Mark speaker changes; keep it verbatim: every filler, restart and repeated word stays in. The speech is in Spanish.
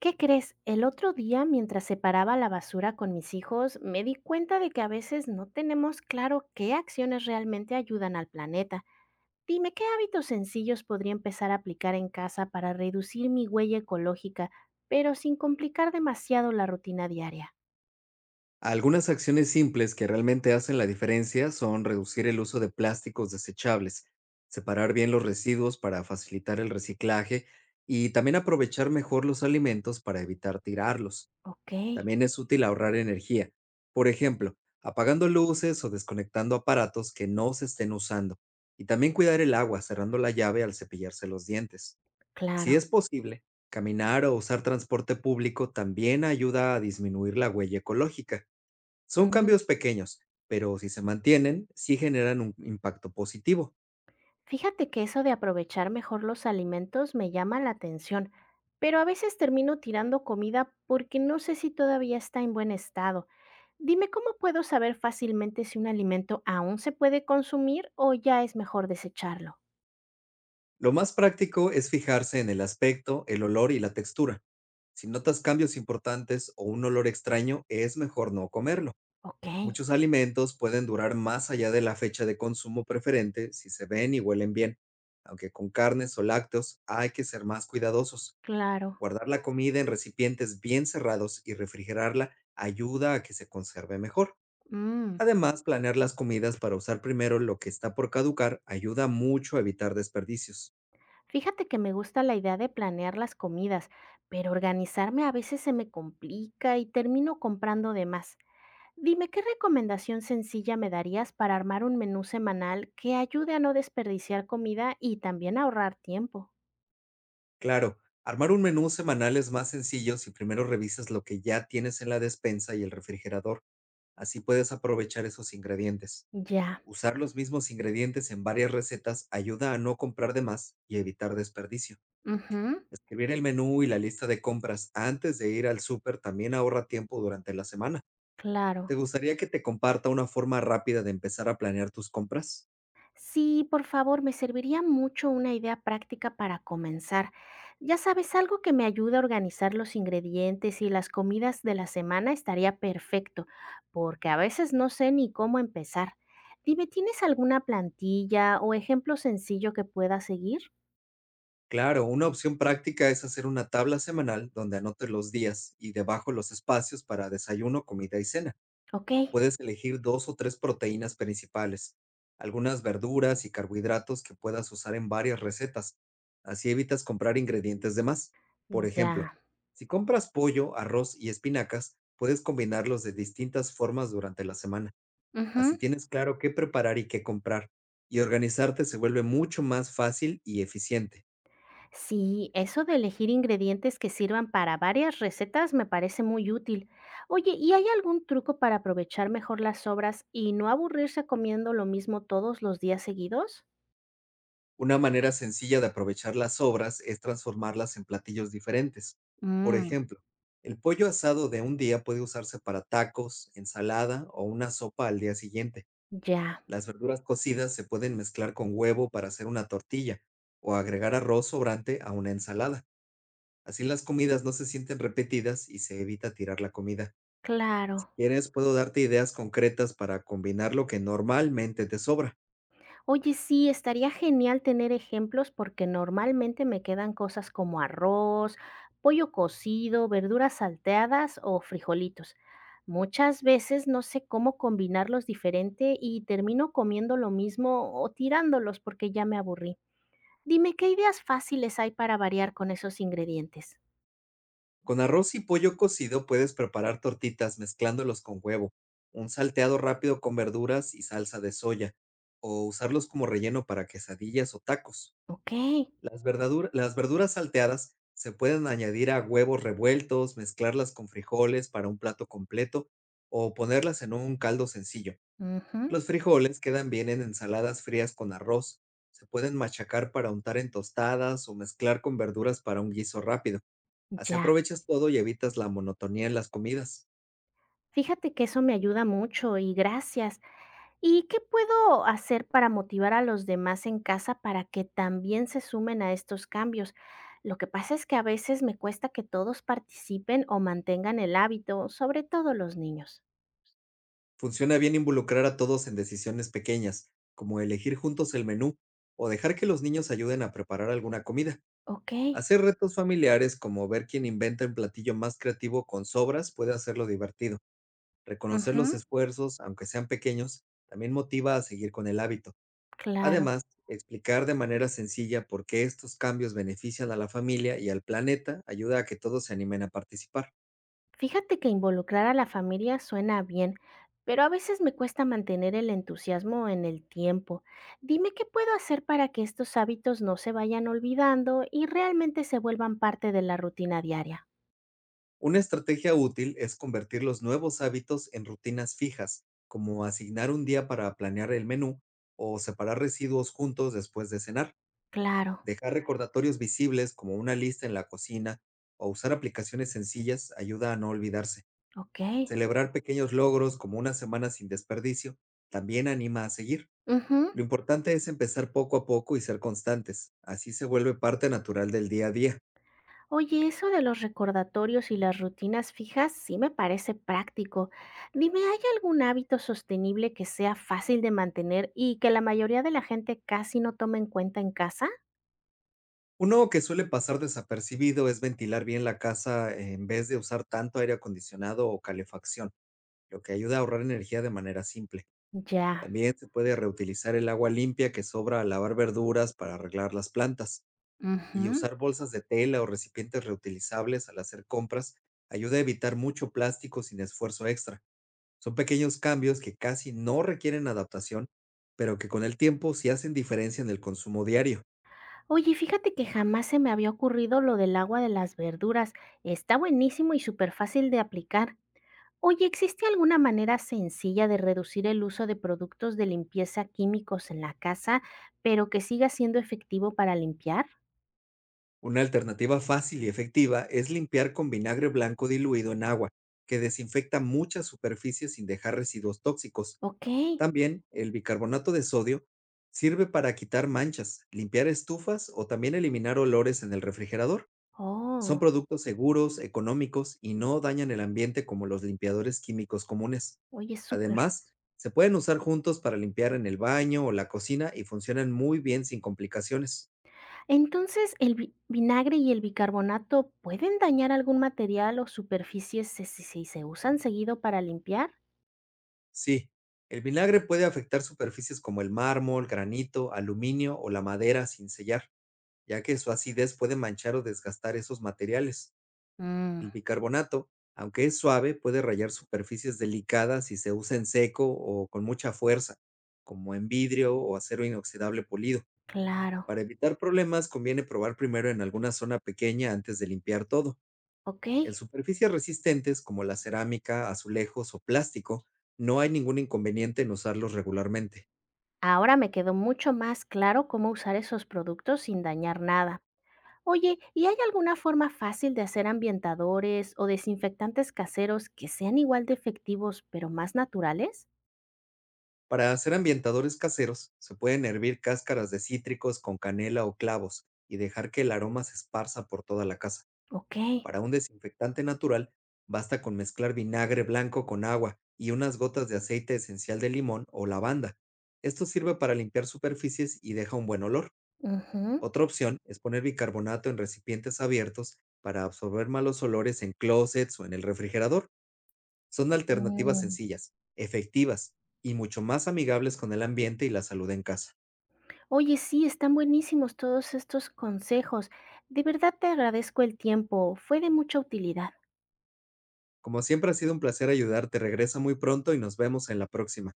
Speaker 1: ¿Qué crees? El otro día, mientras separaba la basura con mis hijos, me di cuenta de que a veces no tenemos claro qué acciones realmente ayudan al planeta. Dime, ¿qué hábitos sencillos podría empezar a aplicar en casa para reducir mi huella ecológica, pero sin complicar demasiado la rutina diaria?
Speaker 2: Algunas acciones simples que realmente hacen la diferencia son reducir el uso de plásticos desechables, separar bien los residuos para facilitar el reciclaje y también aprovechar mejor los alimentos para evitar tirarlos.
Speaker 1: Ok,
Speaker 2: También es útil ahorrar energía, por ejemplo, apagando luces o desconectando aparatos que no se estén usando. Y también cuidar el agua cerrando la llave al cepillarse los dientes. Si
Speaker 1: claro.
Speaker 2: es posible, caminar o usar transporte público también ayuda a disminuir la huella ecológica. Son cambios pequeños, pero si se mantienen, sí generan un impacto positivo.
Speaker 1: Fíjate que eso de aprovechar mejor los alimentos me llama la atención, pero a veces termino tirando comida porque no sé si todavía está en buen estado. Dime cómo puedo saber fácilmente si un alimento aún se puede consumir o ya es mejor desecharlo.
Speaker 2: Lo más práctico es fijarse en el aspecto, el olor y la textura. Si notas cambios importantes o un olor extraño, es mejor no comerlo.
Speaker 1: Ok,
Speaker 2: Muchos alimentos pueden durar más allá de la fecha de consumo preferente si se ven y huelen bien, aunque con carnes o lácteos hay que ser más cuidadosos.
Speaker 1: claro.
Speaker 2: Guardar la comida en recipientes bien cerrados y refrigerarla ayuda a que se conserve mejor.
Speaker 1: Mm.
Speaker 2: Además, planear las comidas para usar primero lo que está por caducar ayuda mucho a evitar desperdicios.
Speaker 1: Fíjate que me gusta la idea de planear las comidas, pero organizarme a veces se me complica y termino comprando de más. Dime, ¿qué recomendación sencilla me darías para armar un menú semanal que ayude a no desperdiciar comida y también a ahorrar tiempo?
Speaker 2: Claro, armar un menú semanal es más sencillo si primero revisas lo que ya tienes en la despensa y el refrigerador. Así puedes aprovechar esos ingredientes.
Speaker 1: Ya,
Speaker 2: Usar los mismos ingredientes en varias recetas ayuda a no comprar de más y evitar desperdicio.
Speaker 1: ujú,
Speaker 2: Escribir el menú y la lista de compras antes de ir al súper también ahorra tiempo durante la semana.
Speaker 1: claro.
Speaker 2: ¿Te gustaría que te comparta una forma rápida de empezar a planear tus compras?
Speaker 1: Sí, por favor, me serviría mucho una idea práctica para comenzar. Ya sabes, algo que me ayude a organizar los ingredientes y las comidas de la semana estaría perfecto, porque a veces no sé ni cómo empezar. Dime, ¿tienes alguna plantilla o ejemplo sencillo que pueda seguir?
Speaker 2: Claro, una opción práctica es hacer una tabla semanal donde anotes los días y debajo los espacios para desayuno, comida y cena.
Speaker 1: Ok,
Speaker 2: Puedes elegir dos o tres proteínas principales, algunas verduras y carbohidratos que puedas usar en varias recetas. Así evitas comprar ingredientes de más. Por ejemplo,
Speaker 1: ya.
Speaker 2: si compras pollo, arroz y espinacas, puedes combinarlos de distintas formas durante la semana. Así
Speaker 1: Ujú.
Speaker 2: tienes claro qué preparar y qué comprar. Y organizarte se vuelve mucho más fácil y eficiente.
Speaker 1: Sí, eso de elegir ingredientes que sirvan para varias recetas me parece muy útil. Oye, ¿y hay algún truco para aprovechar mejor las sobras y no aburrirse comiendo lo mismo todos los días seguidos?
Speaker 2: Una manera sencilla de aprovechar las sobras es transformarlas en platillos diferentes. Por
Speaker 1: Mm,
Speaker 2: ejemplo, el pollo asado de un día puede usarse para tacos, ensalada o una sopa al día siguiente.
Speaker 1: ya,
Speaker 2: Las verduras cocidas se pueden mezclar con huevo para hacer una tortilla o agregar arroz sobrante a una ensalada. Así las comidas no se sienten repetidas y se evita tirar la comida. Si
Speaker 1: claro.
Speaker 2: quieres, puedo darte ideas concretas para combinar lo que normalmente te sobra.
Speaker 1: Oye, sí, estaría genial tener ejemplos porque normalmente me quedan cosas como arroz, pollo cocido, verduras salteadas o frijolitos. Muchas veces no sé cómo combinarlos diferente y termino comiendo lo mismo o tirándolos porque ya me aburrí. Dime, ¿qué ideas fáciles hay para variar con esos ingredientes?
Speaker 2: Con arroz y pollo cocido puedes preparar tortitas mezclándolos con huevo, un salteado rápido con verduras y salsa de soya, o usarlos como relleno para quesadillas o tacos.
Speaker 1: Ok,
Speaker 2: Las verdadura- las verduras salteadas se pueden añadir a huevos revueltos, mezclarlas con frijoles para un plato completo o ponerlas en un caldo sencillo.
Speaker 1: ujú,
Speaker 2: Los frijoles quedan bien en ensaladas frías con arroz. Se pueden machacar para untar en tostadas o mezclar con verduras para un guiso rápido. Así
Speaker 1: ya.
Speaker 2: aprovechas todo y evitas la monotonía en las comidas.
Speaker 1: Fíjate que eso me ayuda mucho y gracias. ¿Y qué puedo hacer para motivar a los demás en casa para que también se sumen a estos cambios? Lo que pasa es que a veces me cuesta que todos participen o mantengan el hábito, sobre todo los niños.
Speaker 2: Funciona bien involucrar a todos en decisiones pequeñas, como elegir juntos el menú o dejar que los niños ayuden a preparar alguna comida.
Speaker 1: Ok,
Speaker 2: Hacer retos familiares como ver quién inventa el platillo más creativo con sobras puede hacerlo divertido. Reconocer los
Speaker 1: ujú,
Speaker 2: esfuerzos, aunque sean pequeños, también motiva a seguir con el hábito.
Speaker 1: claro.
Speaker 2: Además, explicar de manera sencilla por qué estos cambios benefician a la familia y al planeta ayuda a que todos se animen a participar.
Speaker 1: Fíjate que involucrar a la familia suena bien, pero a veces me cuesta mantener el entusiasmo en el tiempo. Dime qué puedo hacer para que estos hábitos no se vayan olvidando y realmente se vuelvan parte de la rutina diaria.
Speaker 2: Una estrategia útil es convertir los nuevos hábitos en rutinas fijas, como asignar un día para planear el menú o separar residuos juntos después de cenar,
Speaker 1: Claro,
Speaker 2: dejar recordatorios visibles como una lista en la cocina o usar aplicaciones sencillas ayuda a no olvidarse.
Speaker 1: ok.
Speaker 2: Celebrar pequeños logros como una semana sin desperdicio también anima a seguir.
Speaker 1: Ujú.
Speaker 2: Lo importante es empezar poco a poco y ser constantes, así se vuelve parte natural del día a día.
Speaker 1: Oye, eso de los recordatorios y las rutinas fijas sí me parece práctico. Dime, ¿hay algún hábito sostenible que sea fácil de mantener y que la mayoría de la gente casi no toma en cuenta en casa?
Speaker 2: Uno que suele pasar desapercibido es ventilar bien la casa en vez de usar tanto aire acondicionado o calefacción, lo que ayuda a ahorrar energía de manera simple.
Speaker 1: Ya,
Speaker 2: También se puede reutilizar el agua limpia que sobra al lavar verduras para arreglar las plantas y
Speaker 1: ujú.
Speaker 2: usar bolsas de tela o recipientes reutilizables al hacer compras ayuda a evitar mucho plástico sin esfuerzo extra. Son pequeños cambios que casi no requieren adaptación, pero que con el tiempo sí hacen diferencia en el consumo diario.
Speaker 1: Oye, fíjate que jamás se me había ocurrido lo del agua de las verduras. Está buenísimo y súper fácil de aplicar. Oye, ¿existe alguna manera sencilla de reducir el uso de productos de limpieza químicos en la casa, pero que siga siendo efectivo para limpiar?
Speaker 2: Una alternativa fácil y efectiva es limpiar con vinagre blanco diluido en agua, que desinfecta muchas superficies sin dejar residuos tóxicos.
Speaker 1: Okey.
Speaker 2: También el bicarbonato de sodio sirve para quitar manchas, limpiar estufas o también eliminar olores en el refrigerador. Son
Speaker 1: Oh,
Speaker 2: productos seguros, económicos y no dañan el ambiente como los limpiadores químicos comunes.
Speaker 1: oye, súper.
Speaker 2: Además, se pueden usar juntos para limpiar en el baño o la cocina y funcionan muy bien sin complicaciones.
Speaker 1: Entonces, ¿el vi vinagre y el bicarbonato pueden dañar algún material o superficie si si si se usan seguido para limpiar?
Speaker 2: Sí, el vinagre puede afectar superficies como el mármol, granito, aluminio o la madera sin sellar, ya que su acidez puede manchar o desgastar esos materiales.
Speaker 1: Mm,
Speaker 2: El bicarbonato, aunque es suave, puede rayar superficies delicadas si se usa en seco o con mucha fuerza, como en vidrio o acero inoxidable pulido.
Speaker 1: claro.
Speaker 2: Para evitar problemas, conviene probar primero en alguna zona pequeña antes de limpiar todo. En
Speaker 1: Okey.
Speaker 2: superficies resistentes como la cerámica, azulejos o plástico, no hay ningún inconveniente en usarlos regularmente.
Speaker 1: Ahora me quedó mucho más claro cómo usar esos productos sin dañar nada. Oye, ¿y hay alguna forma fácil de hacer ambientadores o desinfectantes caseros que sean igual de efectivos, pero más naturales?
Speaker 2: Para hacer ambientadores caseros, se pueden hervir cáscaras de cítricos con canela o clavos y dejar que el aroma se esparza por toda la casa.
Speaker 1: Okey.
Speaker 2: Para un desinfectante natural, basta con mezclar vinagre blanco con agua y unas gotas de aceite esencial de limón o lavanda. Esto sirve para limpiar superficies y deja un buen olor.
Speaker 1: Ujú.
Speaker 2: Otra opción es poner bicarbonato en recipientes abiertos para absorber malos olores en closets o en el refrigerador. Son alternativas
Speaker 1: Mm.
Speaker 2: sencillas, efectivas y mucho más amigables con el ambiente y la salud en casa.
Speaker 1: Oye, sí, están buenísimos todos estos consejos. De verdad te agradezco el tiempo, fue de mucha utilidad.
Speaker 2: Como siempre ha sido un placer ayudarte, regresa muy pronto y nos vemos en la próxima.